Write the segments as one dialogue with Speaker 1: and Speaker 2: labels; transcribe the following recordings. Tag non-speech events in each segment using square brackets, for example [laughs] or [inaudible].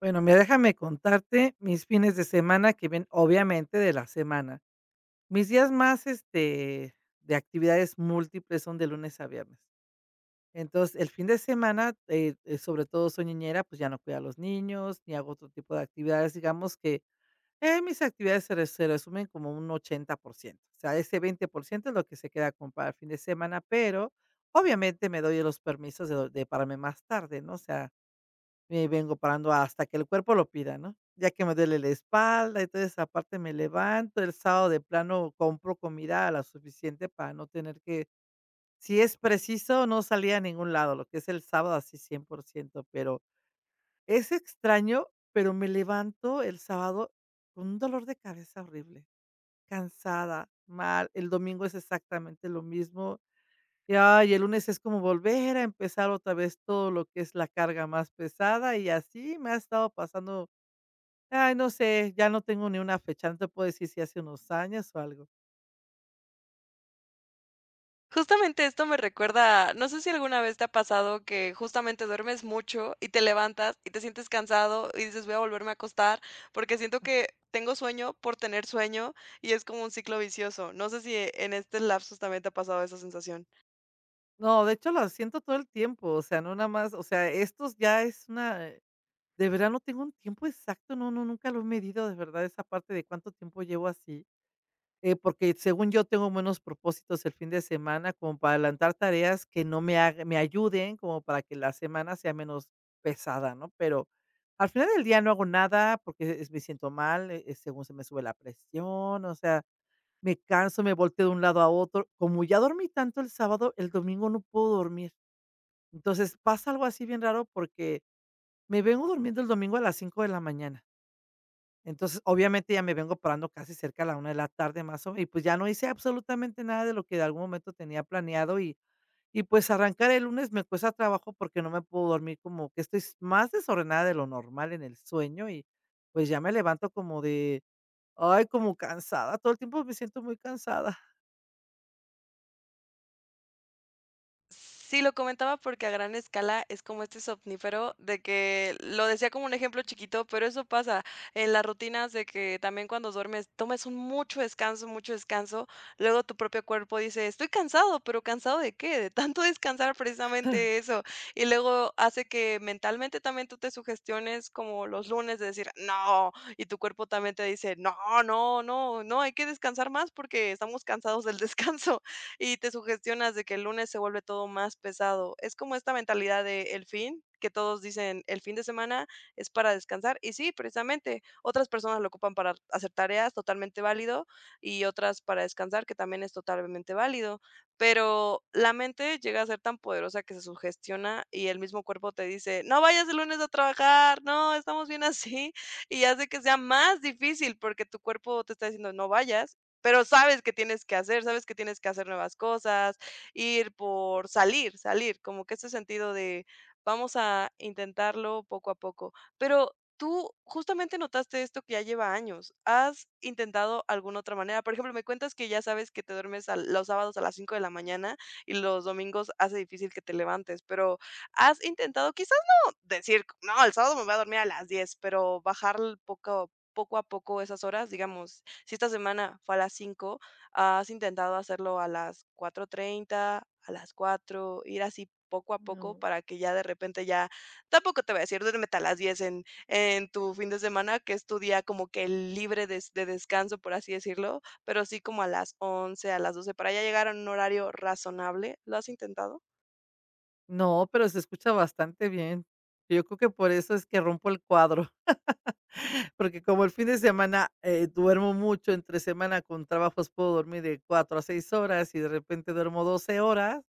Speaker 1: Bueno, mira, déjame contarte mis fines de semana que ven, obviamente, de la semana. Mis días más, de actividades múltiples son de lunes a viernes. Entonces, el fin de semana, sobre todo soy niñera, pues ya no cuido a los niños, ni hago otro tipo de actividades. Digamos que mis actividades se resumen como un 80%. O sea, ese 20% es lo que se queda con para el fin de semana, pero obviamente me doy los permisos de pararme más tarde, ¿no? O sea, me vengo parando hasta que el cuerpo lo pida, ¿no? Ya que me duele la espalda y toda esa parte, me levanto. El sábado de plano compro comida la suficiente para no tener que, si es preciso, no salir a ningún lado, lo que es el sábado así 100%, pero es extraño, pero me levanto el sábado con un dolor de cabeza horrible, cansada, mal. El domingo es exactamente lo mismo. Ya, y el lunes es como volver a empezar otra vez todo lo que es la carga más pesada, y así me ha estado pasando, ay, no sé, ya no tengo ni una fecha, no te puedo decir si hace unos años o algo.
Speaker 2: Justamente esto me recuerda, no sé si alguna vez te ha pasado que justamente duermes mucho y te levantas y te sientes cansado y dices voy a volverme a acostar porque siento que tengo sueño por tener sueño y es como un ciclo vicioso. No sé si en este lapsus también te ha pasado esa sensación.
Speaker 1: No, de hecho, lo siento todo el tiempo, o sea, no nada más, o sea, estos ya es una de verdad no tengo un tiempo exacto, no no, nunca lo he medido, de verdad, esa parte de cuánto tiempo llevo así. Porque según yo tengo buenos propósitos el fin de semana, como para adelantar tareas que no me haga me ayuden, como para que la semana sea menos pesada, ¿no? Pero al final del día no hago nada porque es me siento mal, según se me sube la presión, o sea, me canso, me volteo de un lado a otro. Como ya dormí tanto el sábado, el domingo no puedo dormir. Entonces pasa algo así bien raro porque me vengo durmiendo el domingo a las 5 de la mañana. Entonces, obviamente, ya me vengo parando casi cerca a la 1 de la tarde, más o menos, y pues, ya no hice absolutamente nada de lo que de algún momento tenía planeado, y pues, arrancar el lunes me cuesta trabajo porque no me puedo dormir, como que estoy más desordenada de lo normal en el sueño y, pues, ya me levanto como de, ay, como cansada, todo el tiempo me siento muy cansada.
Speaker 2: Sí, lo comentaba porque a gran escala es como este somnífero de que lo decía como un ejemplo chiquito, pero eso pasa en las rutinas de que también cuando duermes tomes un mucho descanso, luego tu propio cuerpo dice, estoy cansado, pero ¿cansado de qué? De tanto [laughs] descansar precisamente eso. Y luego hace que mentalmente también tú te sugestiones como los lunes de decir, no, y tu cuerpo también te dice, no, no, no, no, hay que descansar más porque estamos cansados del [laughs] descanso y te sugestionas de que el lunes se vuelve todo más pesado. Es como esta mentalidad de el fin, que todos dicen el fin de semana es para descansar. Y sí, precisamente, otras personas lo ocupan para hacer tareas, totalmente válido, y otras para descansar, que también es totalmente válido. Pero la mente llega a ser tan poderosa que se sugestiona y el mismo cuerpo te dice, no vayas el lunes a trabajar, no, estamos bien así. Y hace que sea más difícil porque tu cuerpo te está diciendo, no vayas, pero sabes que tienes que hacer, sabes que tienes que hacer nuevas cosas, ir por salir, salir, como que ese sentido de vamos a intentarlo poco a poco. Pero tú justamente notaste esto que ya lleva años. ¿Has intentado alguna otra manera? Por ejemplo, me cuentas que ya sabes que te duermes a los sábados a las 5 de la mañana y los domingos hace difícil que te levantes, pero ¿has intentado quizás no decir, no, el sábado me voy a dormir a las 10, pero bajar poco a poco esas horas, digamos, si esta semana fue a las 5, has intentado hacerlo a las 4:30, a las 4, ir así poco a poco para que ya de repente ya tampoco te voy a decir, duérmete a las 10 en tu fin de semana, que es tu día como que libre de descanso, por así decirlo, pero sí como a las 11 a las 12 para ya llegar a un horario razonable, ¿lo has intentado?
Speaker 1: No, pero se escucha bastante bien. Yo creo que por eso es que rompo el cuadro. Porque como el fin de semana, duermo mucho, entre semana con trabajos puedo dormir de 4 a 6 horas y de repente duermo 12 horas,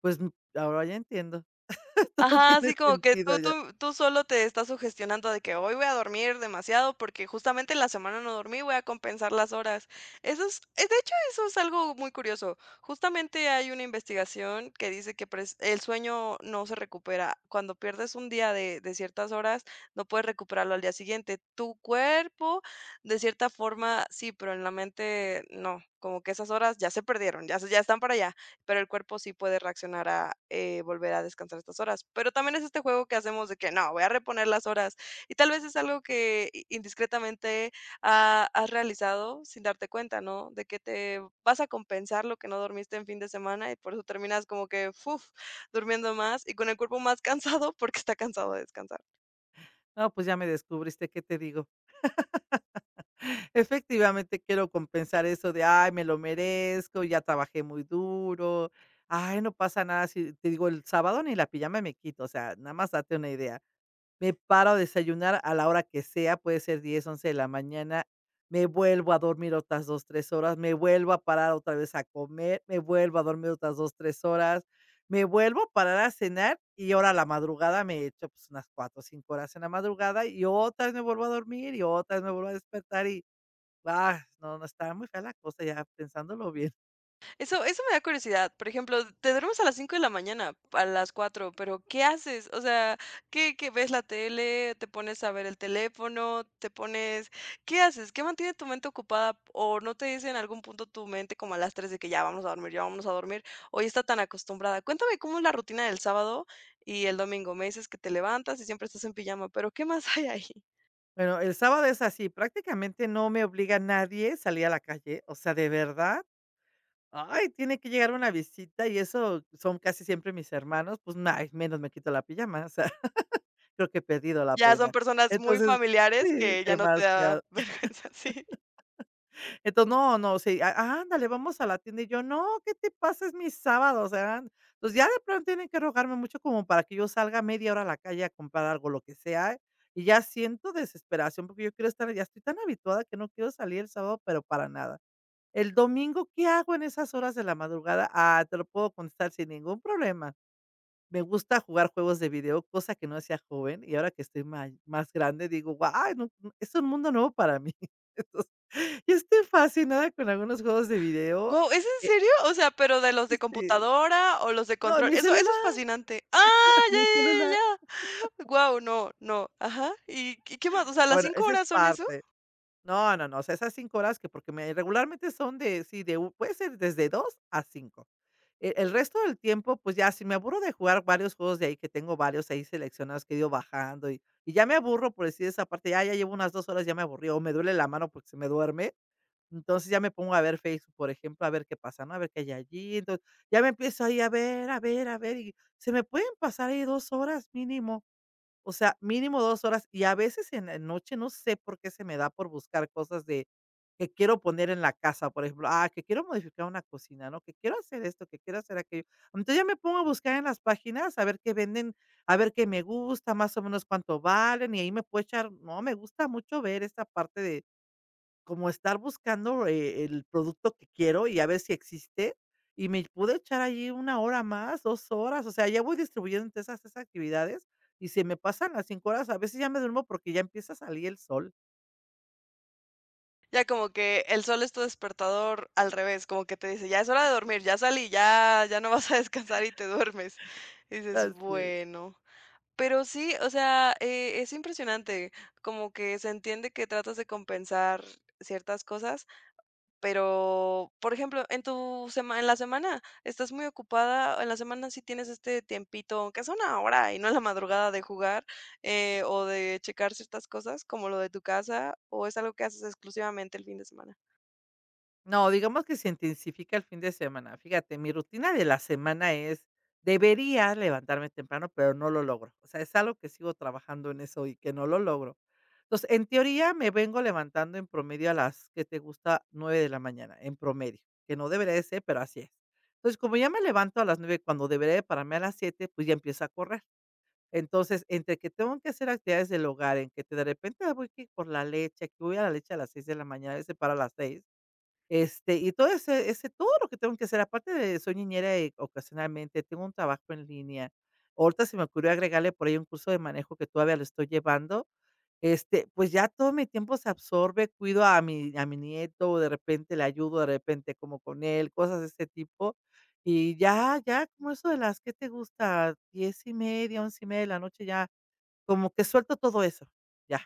Speaker 1: pues, ahora ya entiendo. [laughs] Todo
Speaker 2: Ajá,
Speaker 1: tiene
Speaker 2: así como que
Speaker 1: sentido
Speaker 2: tú
Speaker 1: ya.
Speaker 2: tú tú solo te estás sugestionando de que hoy voy a dormir demasiado porque justamente en la semana no dormí, voy a compensar las horas. Eso es de hecho, eso es algo muy curioso. Justamente hay una investigación que dice que pres el sueño no se recupera. Cuando pierdes un día de ciertas horas, no puedes recuperarlo al día siguiente. Tu cuerpo, de cierta forma, sí, pero en la mente no, como que esas horas ya se perdieron, ya están para allá, pero el cuerpo sí puede reaccionar a volver a descansar estas horas. Pero también es este juego que hacemos de que no, voy a reponer las horas. Y tal vez es algo que indiscretamente has realizado sin darte cuenta, ¿no? De que te vas a compensar lo que no dormiste en fin de semana y por eso terminas como que, uff, durmiendo más y con el cuerpo más [laughs] cansado porque está cansado de descansar.
Speaker 1: No, pues ya me descubriste, ¿qué te digo? Efectivamente, quiero compensar eso de: "Ay, me lo merezco, ya trabajé muy duro. Ay, no pasa nada si", te digo, el sábado ni la pijama me quito, o sea, nada más date una idea. Me paro a desayunar a la hora que sea, puede ser 10 11 de la mañana, me vuelvo a dormir otras 2 3 horas, me vuelvo a parar otra vez a comer, me vuelvo a dormir otras 2 3 horas, me vuelvo a parar a cenar y ahora a la madrugada me echo, pues, unas 4, 5 horas en la madrugada y otra vez me vuelvo a dormir y otra vez me vuelvo a despertar y, ah, no, no, está muy fea la cosa ya pensándolo bien.
Speaker 2: Eso me da curiosidad. Por ejemplo, te duermes a las 5 de la mañana, a las 4, pero ¿qué haces? O sea, ¿qué ves la tele, te pones a ver el teléfono, te pones ¿qué haces? ¿Qué mantiene tu mente ocupada? ¿O no te dice en algún punto tu mente como a las 3 de que ya vamos a dormir, ya vamos a dormir, o ya está tan acostumbrada? Cuéntame cómo es la rutina del sábado y el domingo. Me dices que te levantas y siempre estás en pijama, pero ¿qué más hay ahí?
Speaker 1: Bueno, el sábado es así, prácticamente no me obliga nadie a salir a la calle, o sea, de verdad, ay, tiene que llegar una visita y eso son casi siempre mis hermanos, pues, nada, menos me quito la pijama, o sea, [laughs] creo que he perdido la
Speaker 2: Ya son
Speaker 1: pena.
Speaker 2: personas muy
Speaker 1: Entonces, sí,
Speaker 2: familiares que ya no te da
Speaker 1: demasiado.
Speaker 2: [laughs] vergüenza, sí.
Speaker 1: Entonces, no, no, sí, a ándale, vamos a la tienda, y yo: "No, ¿qué te pasa? Es mi sábado", o sea, entonces ya de pronto tienen que rogarme mucho como para que yo salga media hora a la calle a comprar algo, lo que sea, y ya siento desesperación, porque yo quiero estar ya estoy tan habituada que no quiero salir el sábado, pero para nada. El domingo, ¿qué hago en esas horas de la madrugada? Ah, te lo puedo contestar sin ningún problema. Me gusta jugar juegos de video, cosa que no hacía joven, y ahora que estoy más grande digo, ¡guau! No, es un mundo nuevo para mí. [laughs] Entonces, yo estoy fascinada con algunos juegos de video.
Speaker 2: Wow, ¿es en
Speaker 1: eh,
Speaker 2: serio? O sea, pero ¿de los de
Speaker 1: este,
Speaker 2: computadora o los de
Speaker 1: no, en
Speaker 2: control?
Speaker 1: mi
Speaker 2: Eso es
Speaker 1: celular,
Speaker 2: fascinante. ¡Ah!
Speaker 1: [laughs] en
Speaker 2: Ya,
Speaker 1: mi celular.
Speaker 2: ya, ya. Wow, no, no. Ajá. ¿Y qué más? O sea, ¿las
Speaker 1: Bueno,
Speaker 2: 5
Speaker 1: esa es
Speaker 2: horas son eso?
Speaker 1: parte. No, no, no, o sea, esas 5 horas que porque me, regularmente son de, sí, de, puede ser desde 2 a 5. El resto del tiempo, pues, ya si me aburro de jugar varios juegos de ahí, que tengo varios ahí seleccionados que he ido bajando y ya me aburro, por decir esa parte, ya llevo unas 2 horas, ya me aburrió, o me duele la mano porque se me duerme, entonces ya me pongo a ver Facebook, por ejemplo, a ver qué pasa, ¿no? A ver qué hay allí, entonces, ya me empiezo ahí a ver, a ver, a ver, y se me pueden pasar ahí 2 horas mínimo. O sea, mínimo 2 horas, y a veces en la noche, no sé por qué se me da por buscar cosas de que quiero poner en la casa, por ejemplo, ah, que quiero modificar una cocina, ¿no? Que quiero hacer esto, que quiero hacer aquello. Entonces, ya me pongo a buscar en las páginas a ver qué venden, a ver qué me gusta, más o menos cuánto valen, y ahí me puedo echar no, me gusta mucho ver esta parte de como estar buscando, el producto que quiero y a ver si existe, y me pude echar allí 1 hora más, 2 horas, o sea, ya voy distribuyendo entre esas tres actividades y se me pasan las 5 horas, a veces ya me duermo porque ya empieza a salir el sol.
Speaker 2: Ya como que el sol es tu despertador al revés, como que te dice: "Ya es hora de dormir, ya salí, ya ya no vas a descansar", y te duermes. Y dices:
Speaker 1: Así es.
Speaker 2: "Bueno". Pero sí, o sea, es impresionante, como que se entiende que tratas de compensar ciertas cosas. Pero, por ejemplo, en tu semana, en la semana, ¿estás muy ocupada? En la semana sí tienes este tiempito, aunque es una hora y no en la madrugada, de jugar, o de checar ciertas cosas, como lo de tu casa, ¿o es algo que haces exclusivamente el fin de semana?
Speaker 1: No, digamos que se intensifica el fin de semana. Fíjate, mi rutina de la semana es, debería levantarme temprano, pero no lo logro. O sea, es algo que sigo trabajando en eso y que no lo logro. Entonces, en teoría, me vengo levantando en promedio a las, ¿que te gusta? 9 de la mañana, en promedio, que no debería de ser, pero así es. Entonces, como ya me levanto a las 9, cuando debería de pararme a las 7, pues ya empiezo a correr. Entonces, entre que tengo que hacer actividades del hogar, en que de repente ah, voy que por la leche, que voy a la leche a las 6 de la mañana, a veces para las 6. Y todo ese todo lo que tengo que hacer, aparte de soy niñera, ocasionalmente, tengo un trabajo en línea. Ahorita se me ocurrió agregarle por ahí un curso de manejo que todavía lo estoy llevando. Pues ya todo mi tiempo se absorbe, cuido a mi nieto, de repente le ayudo, de repente como con él, cosas de ese tipo. Y ya como eso de las, ¿que te gusta? 10 y media, 11 y media de la noche, ya como que suelto todo eso, ya.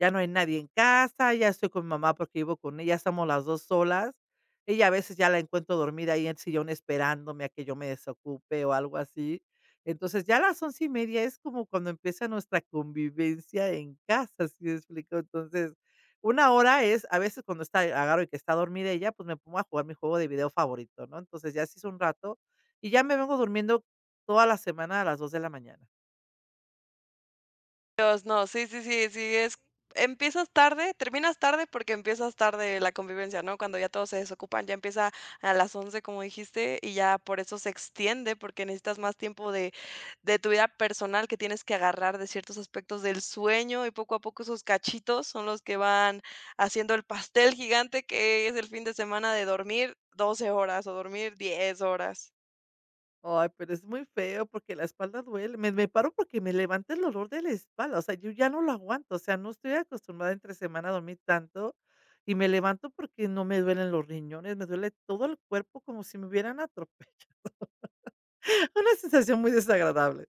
Speaker 1: Ya no hay nadie en casa, ya estoy con mi mamá porque vivo con ella, estamos las 2 solas. Ella a veces ya la encuentro dormida ahí en el sillón esperándome a que yo me desocupe o algo así. Entonces, ya a las 11 y media es como cuando empieza nuestra convivencia en casa, ¿si me explico? Entonces, una hora es a veces cuando está agarro y que está dormida ella, pues, me pongo a jugar mi juego de video favorito, ¿no? Entonces, ya se hizo un rato y ya me vengo durmiendo toda la semana a las 2 de la mañana.
Speaker 2: Dios, no, sí, sí, sí, sí, es, empiezas tarde, terminas tarde porque empiezas tarde la convivencia, ¿no? Cuando ya todos se desocupan, ya empieza a las 11, como dijiste, y ya por eso se extiende, porque necesitas más tiempo de tu vida personal que tienes que agarrar de ciertos aspectos del sueño, y poco a poco esos cachitos son los que van haciendo el pastel gigante que es el fin de semana de dormir 12 horas o dormir 10 horas.
Speaker 1: Ay, pero es muy feo porque la espalda duele. Me paro porque me levanta el dolor de la espalda, o sea, yo ya no lo aguanto, o sea, no estoy acostumbrada entre semana a dormir tanto y me levanto porque no me duelen los riñones, me duele todo el cuerpo como si me hubieran atropellado, [laughs] una sensación muy desagradable.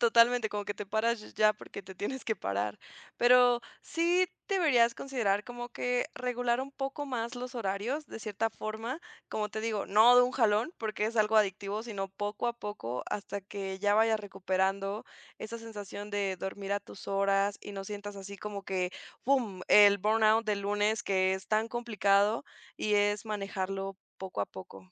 Speaker 2: Totalmente, como que te paras ya porque te tienes que parar. Pero sí deberías considerar como que regular un poco más los horarios de cierta forma, como te digo, no de un jalón porque es algo adictivo, sino poco a poco hasta que ya vayas recuperando esa sensación de dormir a tus horas y no sientas así como que, ¡pum!, el burnout del lunes que es tan complicado y es manejarlo poco a poco.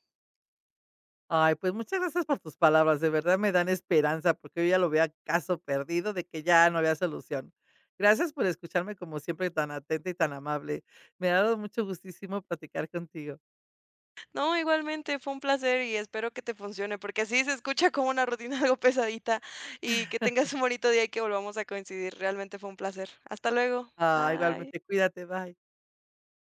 Speaker 1: Ay, pues muchas gracias por tus palabras, de verdad me dan esperanza porque yo ya lo veo caso perdido de que ya no había solución. Gracias por escucharme como siempre tan atenta y tan amable. Me ha dado mucho gustísimo platicar contigo.
Speaker 2: No, igualmente fue un placer y espero que te funcione, porque así se escucha como una rutina [laughs] algo pesadita y que tengas un bonito día y que volvamos a coincidir. Realmente fue un placer. Hasta luego.
Speaker 1: Ah, igualmente,
Speaker 2: Bye.
Speaker 1: cuídate, bye.